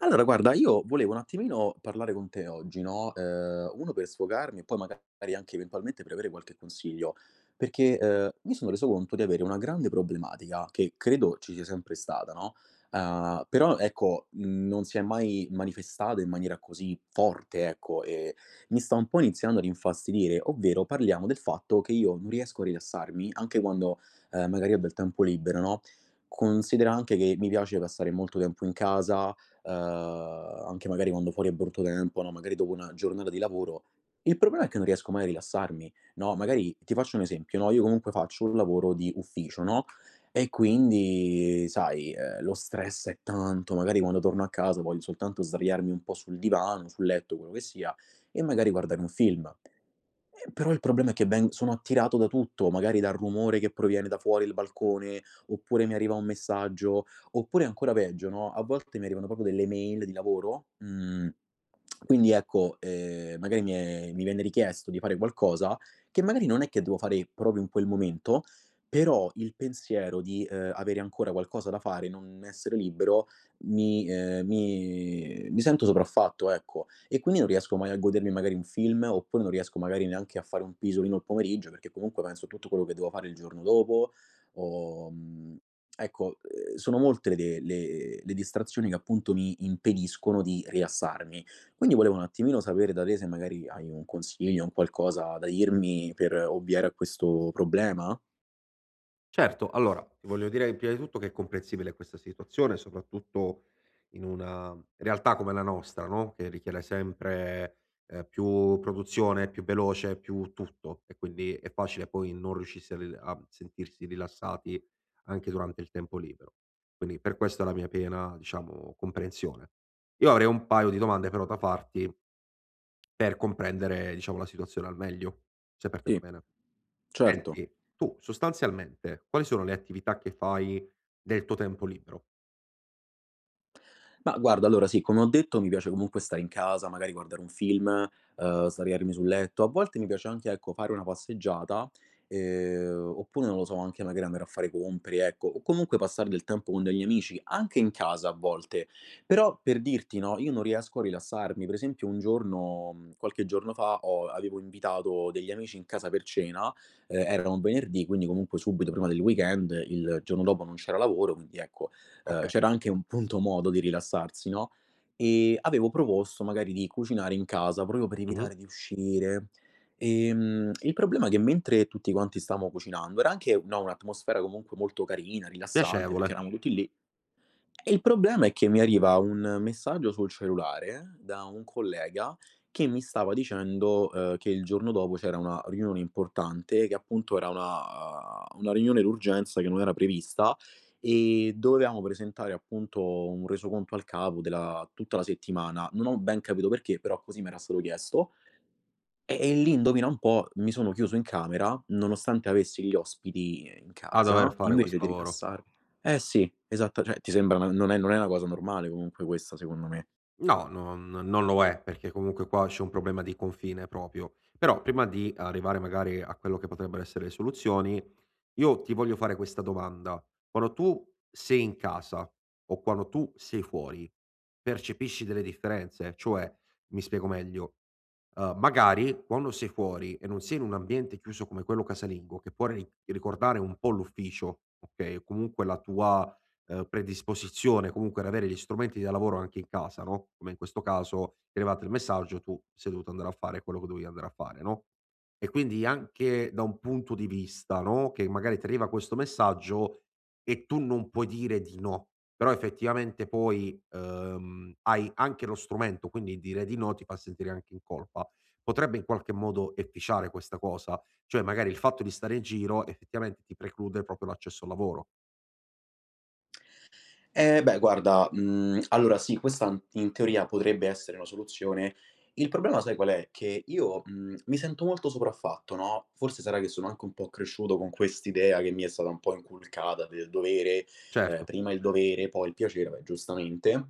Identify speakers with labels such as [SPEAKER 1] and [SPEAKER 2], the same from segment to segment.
[SPEAKER 1] Allora guarda, io volevo un attimino parlare con te oggi, no, uno per sfogarmi e poi magari anche eventualmente per avere qualche consiglio, perché, mi sono reso conto di avere una grande problematica, che credo ci sia sempre stata, no, però ecco, non si è mai manifestata in maniera così forte, ecco, e mi sta un po' iniziando ad infastidire, ovvero parliamo del fatto che io non riesco a rilassarmi anche quando, magari ho del tempo libero, no. Considera anche che mi piace passare molto tempo in casa, anche magari quando fuori è brutto tempo, no, magari dopo una giornata di lavoro. Il problema è che non riesco mai a rilassarmi, no, magari ti faccio un esempio, no, io comunque faccio un lavoro di ufficio, no, e quindi sai, lo stress è tanto, magari quando torno a casa voglio soltanto sdraiarmi un po' sul divano, sul letto, quello che sia, e magari guardare un film. Però il problema è che ven sono attirato da tutto, magari dal rumore che proviene da fuori il balcone, oppure mi arriva un messaggio, oppure ancora peggio, no, a volte mi arrivano proprio delle mail di lavoro, quindi ecco, magari mi viene richiesto di fare qualcosa che magari non è che devo fare proprio in quel momento, però il pensiero di, avere ancora qualcosa da fare, non essere libero, mi sento sopraffatto, ecco. E quindi non riesco mai a godermi magari un film, oppure non riesco magari neanche a fare un pisolino il pomeriggio, perché comunque penso a tutto quello che devo fare il giorno dopo o, mhmm, ecco, sono molte le distrazioni che appunto mi impediscono di rilassarmi. Quindi volevo un attimino sapere da te se magari hai un consiglio, un qualcosa da dirmi per ovviare a questo problema?
[SPEAKER 2] Certo, allora ti voglio dire prima di tutto che è comprensibile questa situazione, soprattutto in una realtà come la nostra, no, che richiede sempre, più produzione, più veloce, più tutto e quindi è facile poi non riuscirsi a ril a sentirsi rilassati anche durante il tempo libero. Quindi per questo è la mia piena, diciamo, comprensione. Io avrei un paio di domande però da farti per comprendere, diciamo, la situazione al meglio, se per te
[SPEAKER 1] Sì,
[SPEAKER 2] va bene.
[SPEAKER 1] certo.
[SPEAKER 2] Senti, tu sostanzialmente quali sono le attività che fai nel tuo tempo libero?
[SPEAKER 1] Ma guarda, allora sì, come ho detto mi piace comunque stare in casa, magari guardare un film, sdraiarmi sul letto. A volte mi piace anche, ecco, fare una passeggiata, oppure non lo so, anche magari andare a fare compere, ecco, o comunque passare del tempo con degli amici, anche in casa a volte. Però per dirti, no, io non riesco a rilassarmi. Per esempio un giorno qualche giorno fa ho avevo invitato degli amici in casa per cena, era un venerdì, quindi comunque subito prima del weekend, il giorno dopo non c'era lavoro, quindi ecco,
[SPEAKER 2] Okay.
[SPEAKER 1] c'era anche un punto modo di rilassarsi, no, avevo proposto magari di cucinare in casa proprio per
[SPEAKER 2] Mh-mh.
[SPEAKER 1] evitare di uscire. Il problema è che mentre tutti quanti stavamo cucinando era anche, no, un'atmosfera comunque molto carina, rilassante, perché
[SPEAKER 2] Piacevole
[SPEAKER 1] eravamo tutti lì e il problema è che mi arriva un messaggio sul cellulare da un collega che mi stava dicendo, che il giorno dopo c'era una riunione importante, che appunto era una riunione d'urgenza che non era prevista e dovevamo presentare appunto un resoconto al capo della tutta la settimana. Non ho ben capito perché, però così m'era stato chiesto e lì indovina un po', mi sono chiuso in camera, nonostante avessi gli ospiti in
[SPEAKER 2] a dover
[SPEAKER 1] casa,
[SPEAKER 2] fare
[SPEAKER 1] invece di
[SPEAKER 2] questo lavoro.
[SPEAKER 1] rilassarmi. Eh sì, esatta, cioè ti sembra una non è una cosa normale comunque questa secondo me.
[SPEAKER 2] No, non lo è, perché comunque qua c'è un problema di confine proprio. Però prima di arrivare magari a quello che potrebbero essere le soluzioni, io ti voglio fare questa domanda: quando tu sei in casa o quando tu sei fuori, percepisci delle differenze? Cioè, mi spiego meglio, magari quando sei fuori e non sei in un ambiente chiuso come quello casalingo, che può ri ricordare un po' l'ufficio, okay, o comunque la tua, predisposizione comunque ad avere gli strumenti da lavoro anche in casa, no, come in questo caso, ti è arrivato il messaggio, tu sei dovuto andare a fare quello che dovevi andare a fare, no? E quindi anche da un punto di vista, no, che magari ti arriva questo messaggio e tu non puoi dire di no, però effettivamente poi, hai anche lo strumento, quindi dire di no ti fa sentire anche in colpa. Potrebbe in qualche modo efficiare questa cosa, cioè magari il fatto di stare in giro effettivamente ti preclude proprio l'accesso al lavoro.
[SPEAKER 1] Eh beh guarda, allora sì, questa n in teoria potrebbe essere una soluzione. Il problema sai qual è? Che io, mi sento molto sopraffatto, no, forse sarà che sono anche un po' cresciuto con quest'idea che mi è stata un po' inculcata del dovere,
[SPEAKER 2] Certo,
[SPEAKER 1] prima il dovere, poi il piacere, beh giustamente.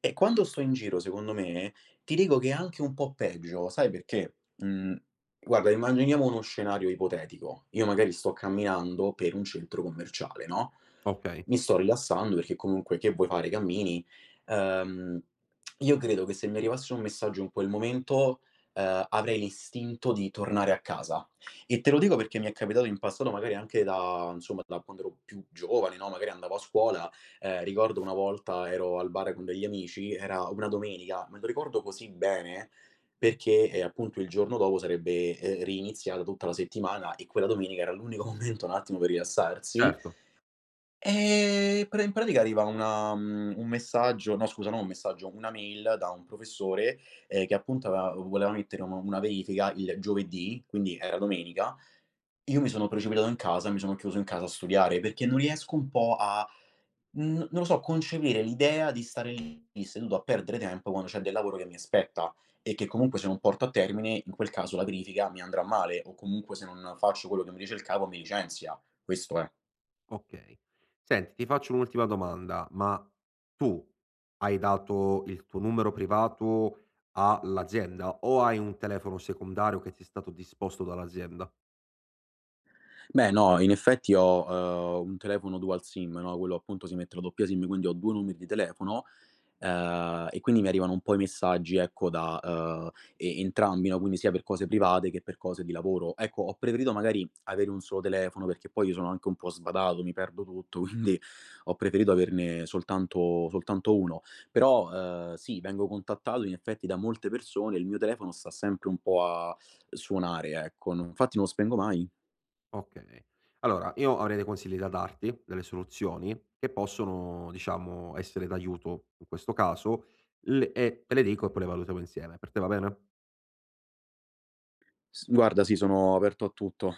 [SPEAKER 1] E quando sto in giro, secondo me, ti dico che è anche un po' peggio, sai perché? Mhmm, Guarda, immaginiamo uno scenario ipotetico. Io magari sto camminando per un centro commerciale, no?
[SPEAKER 2] okay,
[SPEAKER 1] Mi sto rilassando perché comunque che vuoi fare, cammini. Ehm, io credo che se mi arrivasse un messaggio in quel momento, avrei l'istinto di tornare a casa. E te lo dico perché mi è capitato in passato magari anche da insomma, da quando ero più giovane, no, magari andavo a scuola, ricordo una volta ero al bar con degli amici, era una domenica, me lo ricordo così bene perché, appunto il giorno dopo sarebbe, reiniziata tutta la settimana e quella domenica era l'unico momento un attimo per rilassarsi.
[SPEAKER 2] certo.
[SPEAKER 1] Pra in pratica arriva un messaggio, no scusa, non un messaggio, una mail da un professore, che appunto aveva voleva mettere una verifica il giovedì, quindi era domenica. Io mi sono precipitato in casa, mi sono chiuso in casa a studiare, perché non riesco un po' a n non lo so, concepire l'idea di stare lì seduto a perdere tempo quando c'è del lavoro che mi aspetta e che comunque se non porto a termine, in quel caso la verifica mi andrà male o comunque se non faccio quello che mi dice il capo mi licenzia. Questo è.
[SPEAKER 2] Okay. Senti, ti faccio un'ultima domanda, ma tu hai dato il tuo numero privato all'azienda o hai un telefono secondario che ti è stato disposto dall'azienda?
[SPEAKER 1] Beh, no, in effetti ho, un telefono dual SIM, no, quello appunto si mette la doppia SIM, quindi ho due numeri di telefono, e quindi mi arrivano un po' i messaggi, ecco, e entrambi, no, quindi sia per cose private che per cose di lavoro. Ecco, ho preferito magari avere un solo telefono, perché poi io sono anche un po' sbadato, mi perdo tutto, quindi ho preferito averne soltanto uno. Però, sì, vengo contattato in effetti da molte persone, il mio telefono sta sempre un po' a suonare, ecco, non infatti non lo spengo mai.
[SPEAKER 2] Okay. Allora io avrei dei consigli da darti, delle soluzioni che possono, diciamo, essere d'aiuto in questo caso l e te le dico e poi le valutiamo insieme. Per te va bene?
[SPEAKER 1] S Guarda, sì, sono aperto a tutto.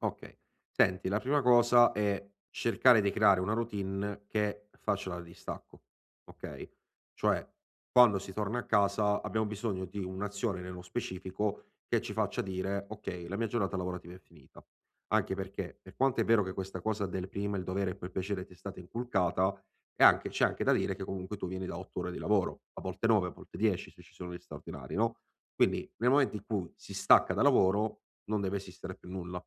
[SPEAKER 2] Okay. Senti, la prima cosa è cercare di creare una routine che faccia da distacco, okay, cioè quando si torna a casa abbiamo bisogno di un'azione nello specifico che ci faccia dire: "Okay, la mia giornata lavorativa è finita". Anche perché, per quanto è vero che questa cosa del prima il dovere e poi il piacere ti è stata inculcata, è anche c'è anche da dire che comunque tu vieni da 8 ore di lavoro, a volte 9, a volte 10 se ci sono gli straordinari, no, quindi nel momento in cui si stacca da lavoro non deve esistere più nulla.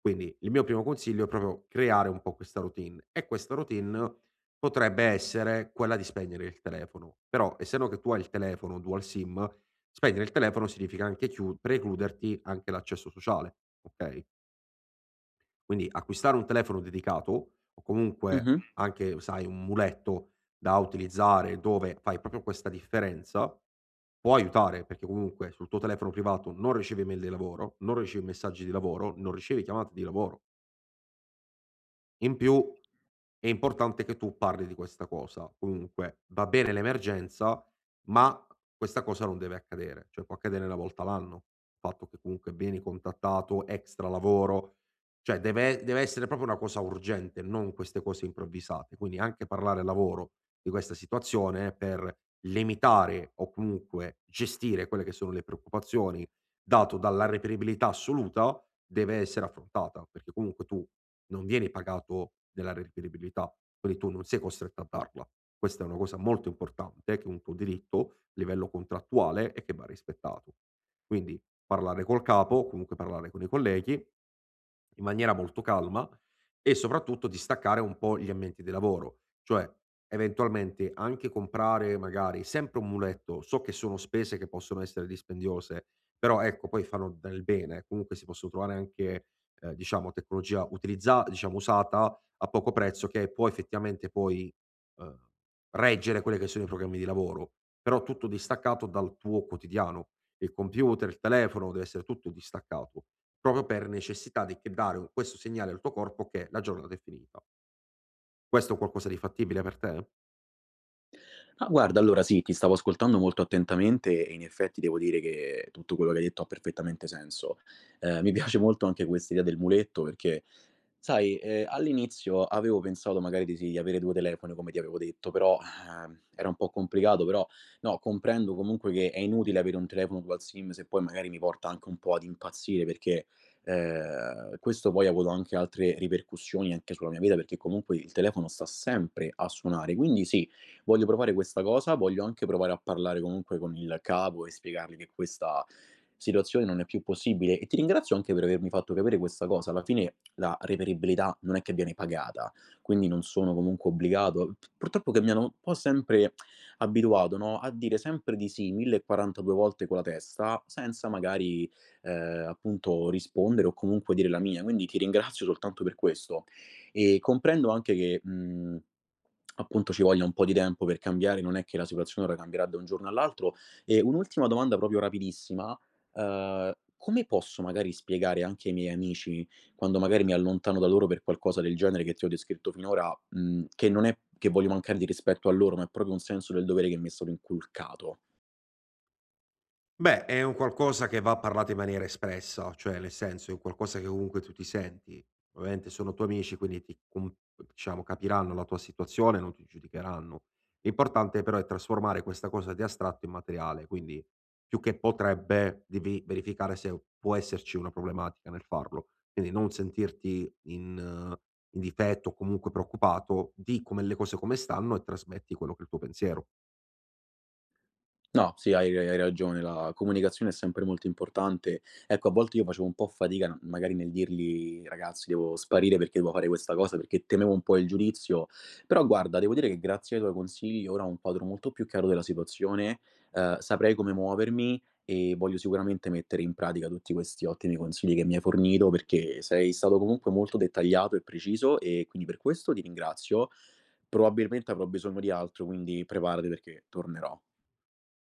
[SPEAKER 2] Quindi il mio primo consiglio è proprio creare un po' questa routine e questa routine potrebbe essere quella di spegnere il telefono. Però essendo che tu hai il telefono dual SIM, spegnere il telefono significa anche chiu precluderti anche l'accesso sociale, okay, quindi acquistare un telefono dedicato o comunque
[SPEAKER 1] Mh-mh.
[SPEAKER 2] anche, sai, un muletto da utilizzare dove fai proprio questa differenza, può aiutare, perché comunque sul tuo telefono privato non ricevi email di lavoro, non ricevi messaggi di lavoro, non ricevi chiamate di lavoro. In più è importante che tu parli di questa cosa. Comunque va bene l'emergenza, ma questa cosa non deve accadere, cioè può accadere una volta l'anno, il fatto che comunque vieni contattato, extra lavoro, cioè deve essere proprio una cosa urgente, non queste cose improvvisate. Quindi anche parlare al lavoro di questa situazione per limitare o comunque gestire quelle che sono le preoccupazioni dato dalla reperibilità assoluta, deve essere affrontata, perché comunque tu non vieni pagato della reperibilità, quindi tu non sei costretto a darla. Questa è una cosa molto importante, che è un tuo diritto a livello contrattuale e che va rispettato. Quindi parlare col capo, comunque parlare con i colleghi, in maniera molto calma e soprattutto distaccare un po' gli ambienti di lavoro, cioè eventualmente anche comprare magari sempre un muletto, so che sono spese che possono essere dispendiose, però ecco poi fanno del bene, comunque si possono trovare anche diciamo tecnologia utilizza diciamo usata a poco prezzo che può effettivamente poi, ehm, reggere quelle che sono i programmi di lavoro, però tutto distaccato dal tuo quotidiano. Il computer, il telefono, deve essere tutto distaccato, proprio per necessità di che dare un questo segnale al tuo corpo che la giornata è finita. Questo è un qualcosa di fattibile per te?
[SPEAKER 1] Ah, guarda, allora sì, ti stavo ascoltando molto attentamente e in effetti devo dire che tutto quello che hai detto ha perfettamente senso. Mi piace molto anche questa idea del muletto perché, sai, all'inizio avevo pensato magari di sì, di avere due telefoni come ti avevo detto, però, era un po' complicato, però no, comprendo comunque che è inutile avere un telefono dual sim se poi magari mi porta anche un po' ad impazzire perché, questo poi ha avuto anche altre ripercussioni anche sulla mia vita, perché comunque il telefono sta sempre a suonare. Quindi sì, voglio provare questa cosa, voglio anche provare a parlare comunque con il capo e spiegargli che questa situazione non è più possibile e ti ringrazio anche per avermi fatto capire questa cosa. Alla fine la reperibilità non è che viene pagata, quindi non sono comunque obbligato. P Purtroppo che mi hanno un po' sempre abituato, no, a dire sempre di sì 1.042 volte con la testa, senza magari, appunto rispondere o comunque dire la mia. Quindi ti ringrazio soltanto per questo. E comprendo anche che, appunto ci voglia un po' di tempo per cambiare, non è che la situazione ora cambierà da un giorno all'altro. E un'ultima domanda proprio rapidissima: come posso magari spiegare anche ai miei amici, quando magari mi allontano da loro per qualcosa del genere che ti ho descritto finora, che non è che voglio mancare di rispetto a loro, ma è proprio un senso del dovere che mi è stato inculcato?
[SPEAKER 2] Beh, è un qualcosa che va parlato in maniera espressa, cioè nel senso è un qualcosa che comunque tu ti senti. Ovviamente sono tuoi amici, quindi ti com diciamo capiranno la tua situazione, non ti giudicheranno. L'importante però è trasformare questa cosa di astratto in materiale, quindi più che potrebbe, devi verificare se può esserci una problematica nel farlo. Quindi non sentirti in in difetto o comunque preoccupato, di come le cose come stanno e trasmetti quello che è il tuo pensiero.
[SPEAKER 1] No, sì, hai ragione, la comunicazione è sempre molto importante. Ecco, a volte io facevo un po' fatica, magari nel dirgli: "Ragazzi, devo sparire perché devo fare questa cosa", perché temevo un po' il giudizio. Però guarda, devo dire che grazie ai tuoi consigli ora ho un quadro molto più chiaro della situazione, saprei come muovermi e voglio sicuramente mettere in pratica tutti questi ottimi consigli che mi hai fornito, perché sei stato comunque molto dettagliato e preciso e quindi per questo ti ringrazio. Probabilmente avrò bisogno di altro, quindi preparati perché tornerò.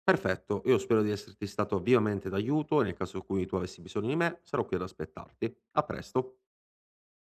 [SPEAKER 2] Perfetto, io spero di esserti stato vivamente d'aiuto e nel caso in cui tu avessi bisogno di me sarò qui ad aspettarti. A presto.